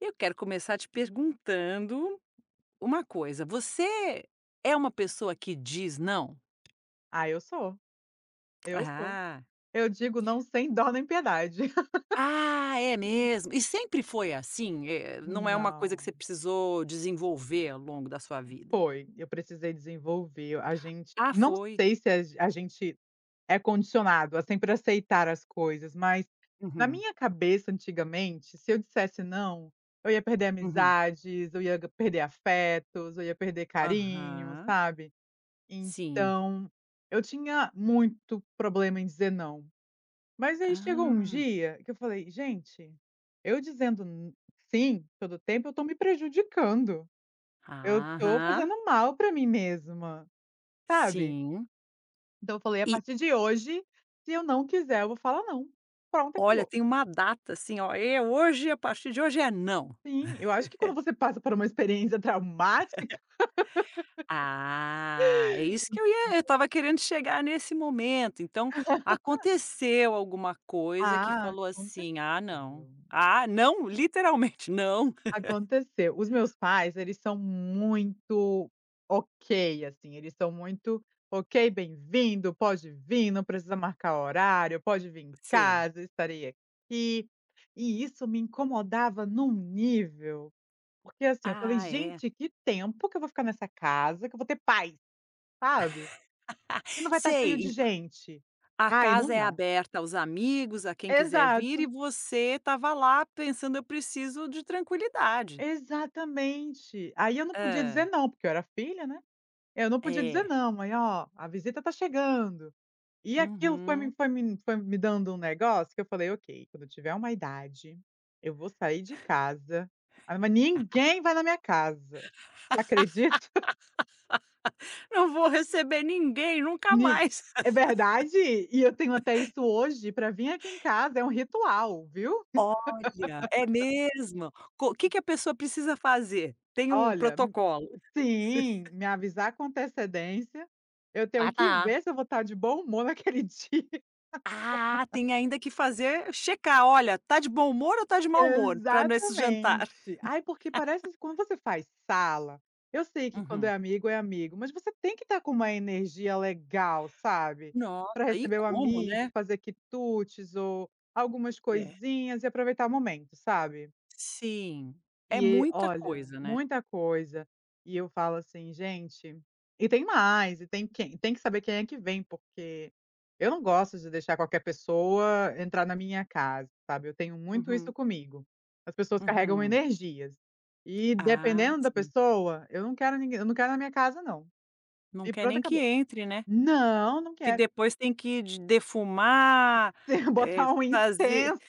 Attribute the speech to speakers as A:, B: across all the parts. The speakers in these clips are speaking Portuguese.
A: Eu quero começar te perguntando uma coisa. Você é uma pessoa que diz não?
B: Ah, eu sou, eu sou.
A: Ah.
B: Eu digo não sem dó nem piedade.
A: Ah, é mesmo? E sempre foi assim? Não é uma coisa que
B: Não,
A: você precisou desenvolver ao longo da sua vida?
B: foi. Eu precisei desenvolver. A gente
A: Ah,
B: não
A: foi?
B: sei se a gente é condicionado a sempre aceitar as coisas, mas na
A: Uhum,
B: minha cabeça, antigamente, se eu dissesse não, eu ia perder
A: uhum.
B: amizades, eu ia perder afetos, eu ia perder carinho,
A: Aham.
B: sabe.
A: Sim.
B: Então, eu tinha muito problema em dizer não. Mas aí chegou um
A: Ah.
B: dia que eu falei: "Gente, eu dizendo n sim todo tempo, eu tô me prejudicando, eu tô
A: Aham.
B: fazendo mal pra mim mesma", sabe.
A: Sim.
B: Então eu falei: "A
A: E
B: partir de hoje, se eu não quiser, eu vou falar não. Pronto,
A: olha,
B: acabou".
A: tem uma data assim, ó, é hoje, a partir de hoje é não.
B: Sim, eu acho que quando você passa por uma experiência traumática.
A: Ah, é isso que eu estava querendo chegar nesse momento, então, aconteceu alguma coisa que
B: Ah,
A: falou assim: "Ah, não.
B: aconteceu.
A: Ah, não", literalmente, "Não".
B: Aconteceu. Os meus pais, eles são muito ok, assim, eles são muito: "Ok, bem-vindo, pode vir, não precisa marcar horário, pode vir em
A: Sei.
B: casa, estarei aqui". E isso me incomodava num nível, porque, assim, eu falei:
A: Ah, é.
B: "Gente, que tempo que eu vou ficar nessa casa, que eu vou ter paz", sabe? "E não vai estar cheio
A: Sei,
B: de
A: en
B: gente".
A: A
B: Ai,
A: casa
B: não
A: é
B: dá.
A: aberta aos amigos, a quem quiser vir, e
B: Exato,
A: você estava lá pensando: "Eu preciso de tranquilidade".
B: exatamente. Aí eu não podia dizer
A: Hã.
B: não, porque eu era filha, né? Eu não podia dizer
A: É.
B: não, mãe. "Ó, a visita tá chegando". E aquilo foi me
A: Uhum.
B: foi me foi me dando um negócio que eu falei: "Ok, quando eu tiver uma idade, eu vou sair de casa, ah, mas ninguém vai na minha casa". Acredito.
A: "Não vou receber ninguém nunca
B: Ni
A: mais".
B: É verdade, e eu tenho até isso hoje, pra vir aqui em casa é um ritual, viu.
A: Olha, é mesmo? Co Que a pessoa precisa fazer? Tem um
B: Olha m-
A: protocolo?
B: sim, me avisar com antecedência, eu tenho
A: Ah,
B: que
A: tá.
B: ver se eu vou estar de bom humor naquele dia.
A: Ah, tem ainda que fazer checar, olha, tá de bom humor ou tá de mau humor para nesse jantar?
B: Exatamente. Ai, porque parece que quando você faz sala, eu sei que quando
A: Uhum.
B: é amigo, mas você tem que estar com uma energia legal, sabe,
A: Nossa,
B: para
A: e
B: receber o
A: como,
B: amigo,
A: né?
B: fazer quitutes ou algumas
A: É.
B: coisinhas e aproveitar o momento, sabe?
A: Sim, é
B: E
A: muita
B: olha,
A: coisa, né.
B: muita coisa. E eu falo assim: "Gente", e tem mais, e tem quem tem que saber quem é que vem, porque eu não gosto de deixar qualquer pessoa entrar na minha casa, sabe, eu tenho muito isso
A: Uhum,
B: comigo. As pessoas carregam
A: uhum.
B: energias, e
A: Ah,
B: dependendo da
A: sim.
B: pessoa, eu não quero na minha casa não.
A: Não
B: E
A: quer
B: pronto,
A: nem que
B: acabou.
A: entre, né?
B: Não, não
A: Que
B: quero.
A: depois tem que de defumar,
B: Se eu botar um
A: fazer
B: incenso.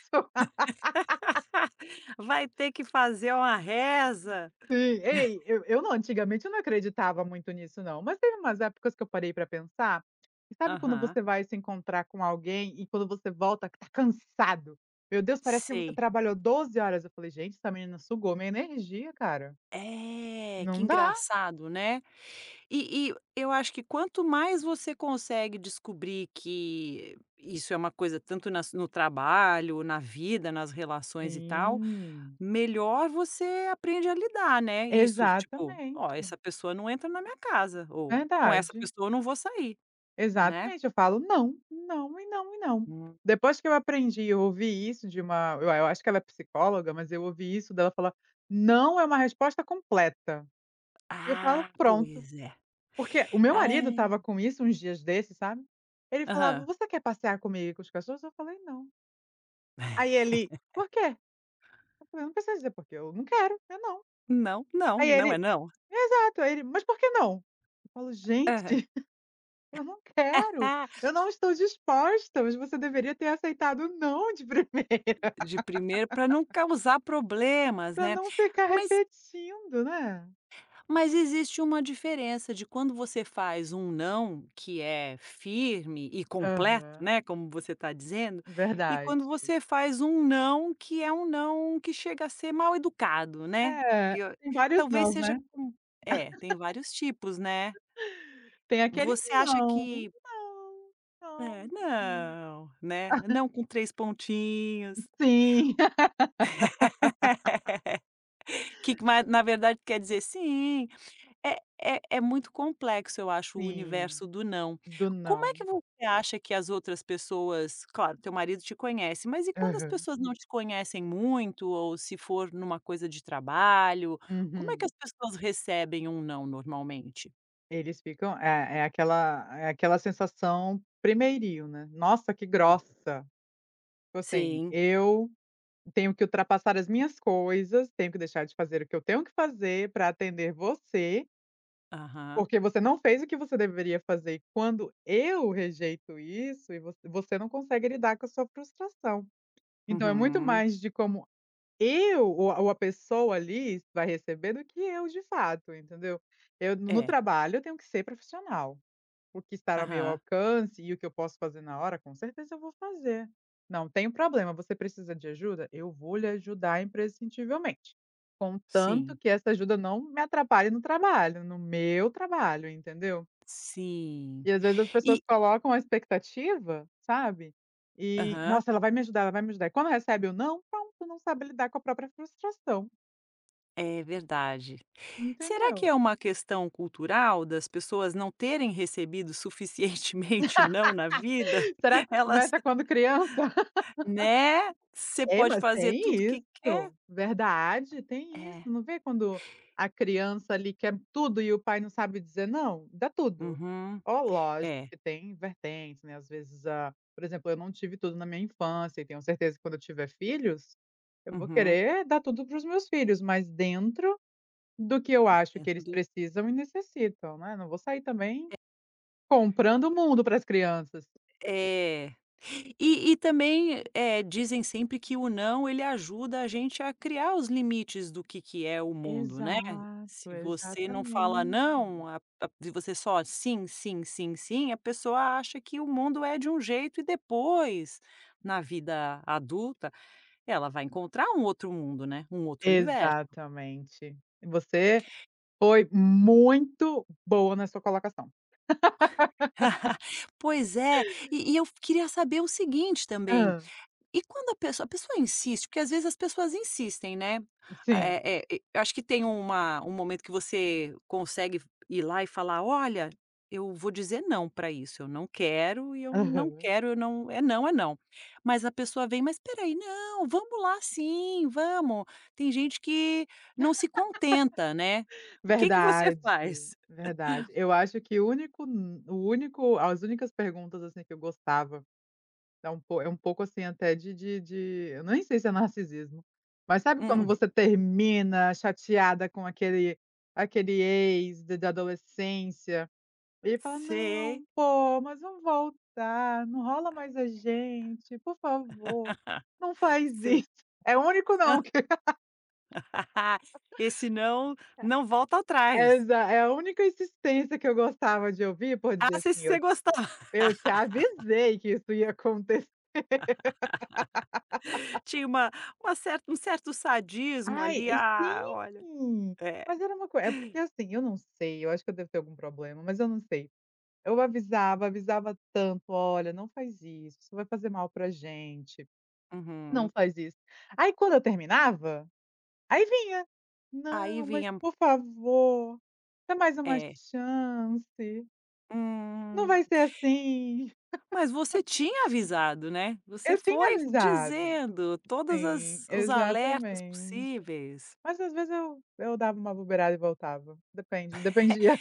A: vai ter que fazer uma reza.
B: Sim. Ei, eu não antigamente eu não acreditava muito nisso não, mas teve umas épocas que eu parei pra pensar, e sabe quando
A: Aham,
B: você vai se encontrar com alguém e quando você volta que tá cansado? "Meu Deus, parece que você
A: sei.
B: trabalhou 12 horas". Eu falei: "Gente, essa menina sugou minha energia, cara.
A: É, que
B: Não dá".
A: engraçado, né. E eu acho que quanto mais você consegue descobrir que isso é uma coisa tanto nas no trabalho, na vida, nas relações e tal,
B: Sim.
A: melhor você aprende a lidar, né. Isso, tipo: "Ó, essa
B: Exatamente.
A: pessoa não entra na minha casa", ou "Com essa
B: Verdade.
A: pessoa eu não vou sair", né.
B: Exatamente, eu falo: "Não, não e não e não".
A: Hum.
B: Depois que eu aprendi, eu ouvi isso de uma eu acho que ela é psicóloga, mas eu ouvi isso dela falar: "Não é uma resposta completa". Eu falo:
A: Ah,
B: "Pronto".
A: pois é.
B: Porque o meu marido estava
A: É.
B: com isso uns dias desses, sabe. Ele falava:
A: Aham.
B: "Você quer passear comigo e com os cachorros?" Eu falei: "Não". Aí ele: "Por quê?" Eu falei: "Não precisa dizer por quê, eu não quero, eu não".
A: Não, não,
B: Aí
A: não é
B: ele:
A: não.
B: "Exato". Aí ele: "Mas por que não?" Eu falo:
A: Aham.
B: "Gente". Eu não quero,
A: Ah.
B: eu não estou disposta, mas você deveria ter aceitado o "não" de primeira,
A: De primeiro para não causar problemas,
B: para
A: né.
B: não ficar
A: Mas
B: repetindo, né.
A: mas existe uma diferença de quando você faz um não, que é firme e completo,
B: Aham,
A: né, como você está dizendo, e
B: verdade.
A: quando você faz um não, que é um não que chega a ser mal educado, né.
B: É,
A: Que eu
B: tem vários
A: talvez
B: nãos,
A: seja
B: né.
A: com É, tem vários tipos, né.
B: Tem aquele
A: Você acha
B: "não,
A: que
B: não, não,
A: É,
B: não".
A: "Não", né, "não" com 3 pontinhos,
B: Sim,
A: que ma na verdade quer dizer "sim". É muito complexo, eu acho, o
B: sim,
A: universo do não.
B: do
A: Como é
B: não.
A: que você acha que as outras pessoas, claro, teu marido te conhece, mas e quando as
B: Aham.
A: pessoas não Uhum. te conhecem muito ou se for numa coisa de trabalho, como é que
B: Uhum.
A: as pessoas recebem um não normalmente?
B: Eles ficam aquela é aquela sensação primeiril, né, "nossa, que grossa", tipo assim,
A: Sim.
B: eu tenho que ultrapassar as minhas coisas, tenho que deixar de fazer o que eu tenho que fazer para atender você,
A: Aham.
B: porque você não fez o que você deveria fazer. E quando eu rejeito isso e você não consegue lidar com a sua frustração. Então é muito
A: Uhum.
B: mais de como eu ou a pessoa ali vai receber do que eu de fato, entendeu. Eu no
A: É.
B: trabalho eu tenho que ser profissional. O que estar ao meu
A: Aham.
B: alcance e o que eu posso fazer na hora, com certeza eu vou fazer. Não tem problema, você precisa de ajuda? Eu vou lhe ajudar imprescindivelmente, contanto
A: Sim.
B: que essa ajuda não me atrapalhe no trabalho, no meu trabalho, entendeu.
A: Sim.
B: E às vezes as pessoas
A: E
B: colocam a expectativa, sabe, e:
A: aham.
B: "Nossa, ela vai me ajudar, ela vai me ajudar", e quando recebe o "não", pronto, não sabe lidar com a própria frustração,
A: É verdade. Será que
B: entendeu.
A: é uma questão cultural das pessoas não terem recebido suficientemente não na vida?
B: Será que
A: Elas,
B: começa quando criança?
A: né, você
B: É,
A: pode
B: mas
A: fazer
B: tem
A: tudo o que quer.
B: isso. Verdade, tem isso.
A: É.
B: Não vê quando a criança ali quer tudo e o pai não sabe dizer não? Dá tudo.
A: Uhum.
B: Ó, lógico
A: É.
B: que tem vertentes, né, às vezes ah, por exemplo, eu não tive tudo na minha infância e tenho certeza que quando eu tiver filhos, eu vou
A: Uhum.
B: querer dar tudo para os meus filhos, mas dentro do que eu acho que
A: Dentro
B: eles
A: do.
B: precisam e necessitam, né. Não vou sair também comprando o mundo para as crianças.
A: É. E também, dizem sempre que o não ele ajuda a gente a criar os limites do que é o mundo, né.
B: Exato,
A: Se você não fala
B: exatamente.
A: não, a se você só sim, sim, sim, sim, a pessoa acha que o mundo é de um jeito e depois, na vida adulta, ela vai encontrar um outro mundo, né, um outro universo.
B: Exatamente. Você foi muito boa na sua colocação.
A: Pois é, e eu queria saber o seguinte também.
B: Hã,
A: E quando a pessoa insiste, porque às vezes as pessoas insistem, né.
B: sim.
A: Eu acho que tem uma um momento que você consegue ir lá e falar: "Olha, eu vou dizer não para isso, eu não
B: Aham.
A: quero, eu não é não, é não". Mas a pessoa vem: "Mas espera aí, não, vamos lá sim, vamos". Tem gente que não se contenta, né. O que que você
B: Verdade,
A: faz?
B: verdade. Eu acho que o único, as únicas perguntas, assim, que eu gostava, é um po é um pouco, assim, até de eu nem sei se é narcisismo, mas sabe quando
A: Hum,
B: você termina chateada com aquele ex de da adolescência? Ele fala: "Não,
A: sei,
B: pô, mas vamos voltar, não rola mais a gente, por favor, não faz
A: sei.
B: isso". É o único não que
A: Esse não, não volta
B: é
A: atrás.
B: exa é a única insistência que eu gostava de ouvir por dizer
A: Ah, se
B: assim: "Eu
A: você gostar.
B: eu te avisei que isso ia acontecer".
A: Tinha uma certa certo sadismo
B: Ai,
A: ali,
B: e
A: ah, olha
B: sim,
A: é.
B: mas era uma coisa. É porque assim, eu não sei, eu acho que eu devo ter algum problema, mas eu não sei. Eu avisava, avisava tanto: "Olha, não faz isso, isso vai fazer mal pra gente, não
A: Uhum.
B: faz isso". Aí quando eu terminava, aí vinha:
A: Aí
B: "Não, mas
A: vinha
B: por favor, dá mais uma
A: é.
B: chance, não
A: "Hum,
B: vai ser assim".
A: mas você tinha avisado, né, você
B: Eu tinha
A: foi
B: avisado.
A: dizendo todas
B: Sim,
A: as os alertas
B: exatamente.
A: possíveis".
B: Mas às vezes eu dava uma bobeirada e voltava, depende, dependia.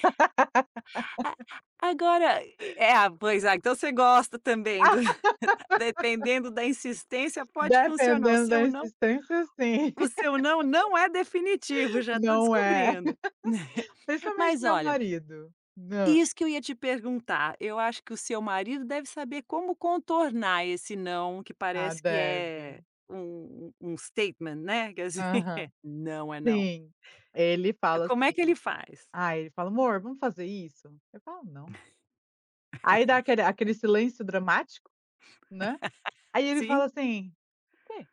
A: A Agora é, ah, pois é, então você gosta também do dependendo da insistência pode funcionar, o
B: Dependendo da
A: seu não
B: insistência, sim.
A: não é definitivo, já estou
B: Não é.
A: descobrindo.
B: Principalmente
A: Mas
B: meu
A: olha,
B: marido. Não.
A: isso que eu ia te perguntar. Eu acho que o seu marido deve saber como contornar esse não, que
B: Ah,
A: parece que
B: deve.
A: é um statement, né, quer dizer,
B: Aham.
A: não é não.
B: Sim. Ele fala
A: Como é que
B: assim,
A: ele faz?
B: ah, ele fala: "Amor, vamos fazer isso?" Eu falo: "Não". Aí dá aquele silêncio dramático, né, aí ele fala
A: Sim?
B: assim: "O quê?"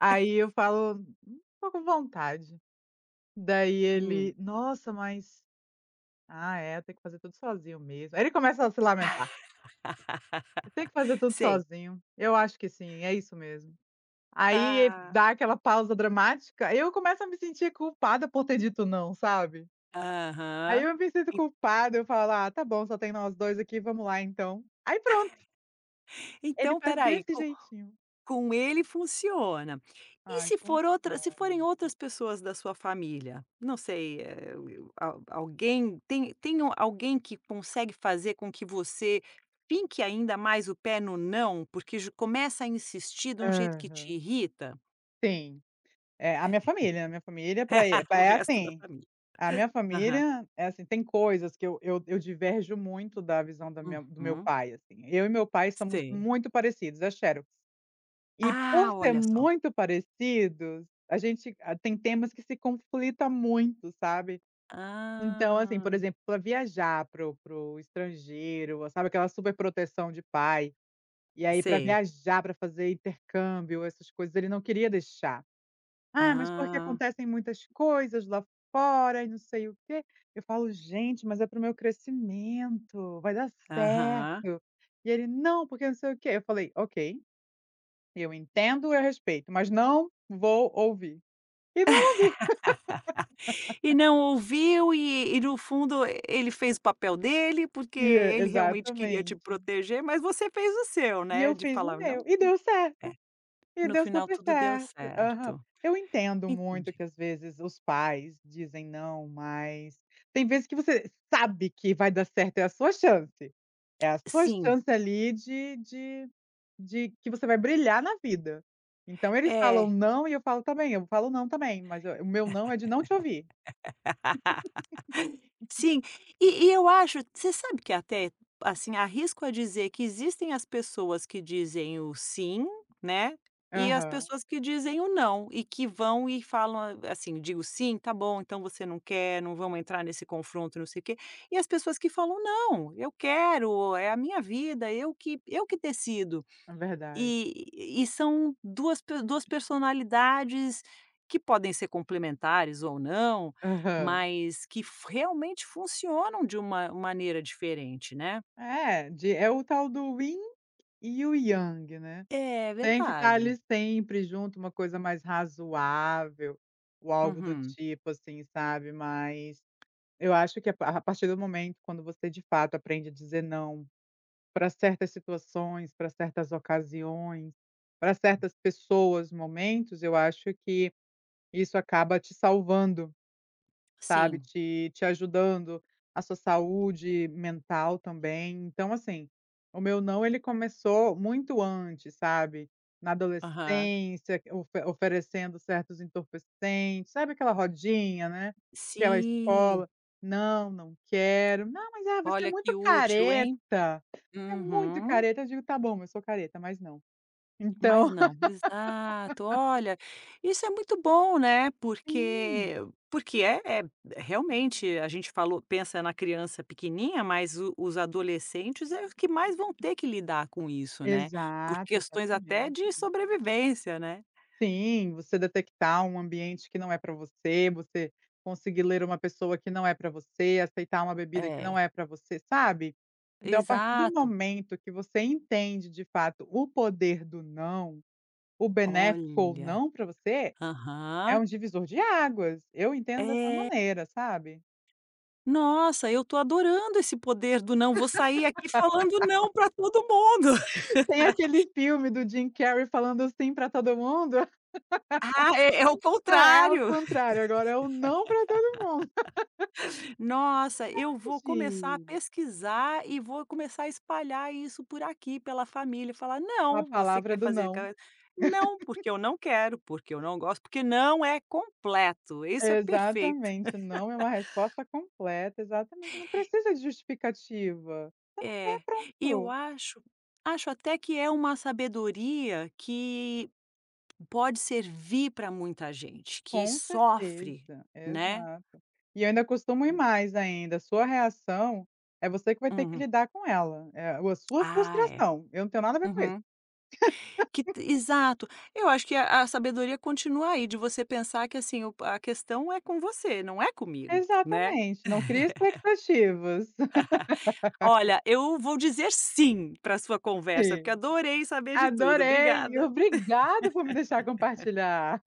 B: Aí eu falo: tô com vontade". Daí
A: Hum.
B: ele: "Nossa, mas ah, é, tem que fazer tudo sozinho mesmo". Aí ele começa a se lamentar: "Eu tenho que fazer tudo
A: Sei.
B: sozinho, eu acho que sim, é isso mesmo". Aí
A: Ah,
B: dá aquela pausa dramática, eu começo a me sentir culpada por ter dito "não", sabe. Aí
A: aham.
B: eu me sinto
A: En
B: culpada, eu falo: "Ah, tá bom, só tem nós 2 aqui, vamos lá então". Aí pronto, ele
A: Então
B: faz
A: espera.
B: desse jeitinho.
A: Com ele funciona. E
B: Ai,
A: se for outra
B: funciona.
A: se forem outras pessoas da sua família? Não sei, o al alguém tem tem o alguém que consegue fazer com que você finque ainda mais o pé no "não", porque j começa a insistir de um jeito que te
B: Aham.
A: irrita?
B: Sim. É, a minha família pra e pra
A: O
B: é
A: resto da
B: assim,
A: família.
B: a minha
A: Aham.
B: família é assim, tem coisas que eu diverjo muito da visão da minha do meu
A: Uhum.
B: pai, assim. Eu e meu pai somos
A: Sei.
B: muito parecidos, é xerox. E
A: Ah,
B: por ser
A: olha só.
B: muito parecidos, a gente a tem temas que se conflita muito, sabe. Então, assim, por
A: Ah.
B: exemplo, pra viajar para o estrangeiro, sabe aquela super proteção de pai, e aí pra
A: Sei.
B: viajar, pra fazer intercâmbio, essas coisas, ele não queria deixar. Ah, mas porque
A: Ah.
B: acontecem muitas coisas lá fora e não sei o quê. Eu falo: "Gente, mas é para o meu crescimento, vai dar
A: Aham.
B: certo". E ele: "Não, porque não sei o quê". Eu falei: "Ok, eu entendo, eu respeito, mas não vou ouvir". E não ouvi.
A: E não ouviu e no fundo ele fez o papel dele, porque
B: E é,
A: ele realmente queria te
B: exatamente.
A: proteger, mas você fez o seu,
B: E
A: né,
B: eu
A: de
B: fiz o
A: falar: "Não"
B: meu e deu
A: é,
B: certo. E
A: no
B: deu
A: final
B: super
A: tudo deu
B: certo. Aham.
A: certo.
B: Eu entendo muito
A: Entendi.
B: que às vezes os pais dizem não, mas tem vezes que você sabe que vai dar certo, é a sua chance. É a sua
A: Sim,
B: chance ali de que você vai brilhar na vida. Então eles falam
A: é.
B: não e eu falo também, eu falo não também, mas o meu não é de não te ouvir.
A: Sim, e eu acho, você sabe que até, assim, arrisco a dizer que existem as pessoas que dizem o "sim", né, e as
B: Aham,
A: pessoas que dizem o "não", e que vão e falam a- assim, digo: "Sim, tá bom, então você não quer, não vamos entrar nesse confronto, não sei o quê". E as pessoas que falam: "Não, eu quero, é a minha vida, eu que decido".
B: é verdade.
A: E são 2 pe 2 personalidades que podem ser complementares ou não,
B: Aham.
A: mas que f realmente funcionam de uma maneira diferente, né.
B: É, de é o tal do yin e o yang, né.
A: É
B: Tem que estar
A: verdade.
B: ali sempre junto, uma coisa mais razoável, ou algo do
A: Uhum.
B: tipo, assim, sabe, mas eu acho que a partir do momento quando você de fato aprende a dizer não para certas situações, para certas ocasiões, para certas pessoas, momentos, eu acho que isso acaba te salvando, sabe,
A: Sim.
B: te ajudando a sua saúde mental também. Então, assim, o meu não, ele começou muito antes, sabe, na
A: Aham.
B: adolescência, oferecendo certos entorpecentes, sabe aquela rodinha, né, aquela
A: Sim.
B: escola: "Não, não quero", "Não, mas, ah, você
A: Olha que útil, hein.
B: é muito
A: Uhum.
B: careta", eu digo: "Tá bom, eu sou careta, mas não".
A: Mas
B: Então
A: não. Exato. Olha, isso é muito bom, né, porque
B: sim.
A: porque é é realmente a gente falou, pensa na criança pequenininha, mas o os adolescentes é os que mais vão ter que lidar com isso, né, por
B: Exato,
A: questões até
B: exatamente.
A: de sobrevivência, né.
B: Sim, você detectar um ambiente que não é para você, você conseguir ler uma pessoa que não é para você, aceitar uma bebida que não
A: É.
B: é para você, sabe. Então a partir do
A: Exato.
B: momento que você entende de fato o poder do não, o benéfico ou
A: Olha.
B: não para você, é
A: Aham.
B: um divisor de águas. Eu entendo dessa
A: É.
B: maneira, sabe.
A: Nossa, eu tô adorando esse poder do não. Vou sair aqui falando não para todo mundo.
B: Tem aquele filme do Jim Carrey falando sim para todo mundo.
A: Ah, é é o
B: É, é ao
A: contrário.
B: contrário, agora é o não para todo mundo.
A: Nossa, eu vou começar a
B: Entendi,
A: pesquisar e vou começar a espalhar isso por aqui, pela família, falar:
B: a
A: "Não, você
B: palavra
A: quer
B: do
A: fazer
B: não.
A: aquela não, porque eu não quero, porque eu não gosto, porque não é completo, isso é perfeito".
B: Exatamente, não é uma resposta completa, exatamente, não precisa de justificativa. É
A: É, eu
B: pronto,
A: acho, acho até que é uma sabedoria que pode servir para muita gente que
B: com
A: sofre,
B: certeza,
A: né.
B: exato. E eu ainda costumo ir mais ainda, a sua reação é você que vai ter que
A: Uhum.
B: lidar com ela, é a sua
A: Ah, é.
B: frustração, eu não tenho nada a ver com isso.
A: Uhum. Que t Exato. Eu acho que a sabedoria continua aí, de você pensar que, assim, o a questão é com você, não é comigo, né.
B: Exatamente, não cria expectativas.
A: Olha, eu vou dizer "sim" para sua conversa, porque
B: Sim.
A: adorei saber de tudo.
B: Adorei,
A: Obrigada.
B: obrigado por me deixar compartilhar.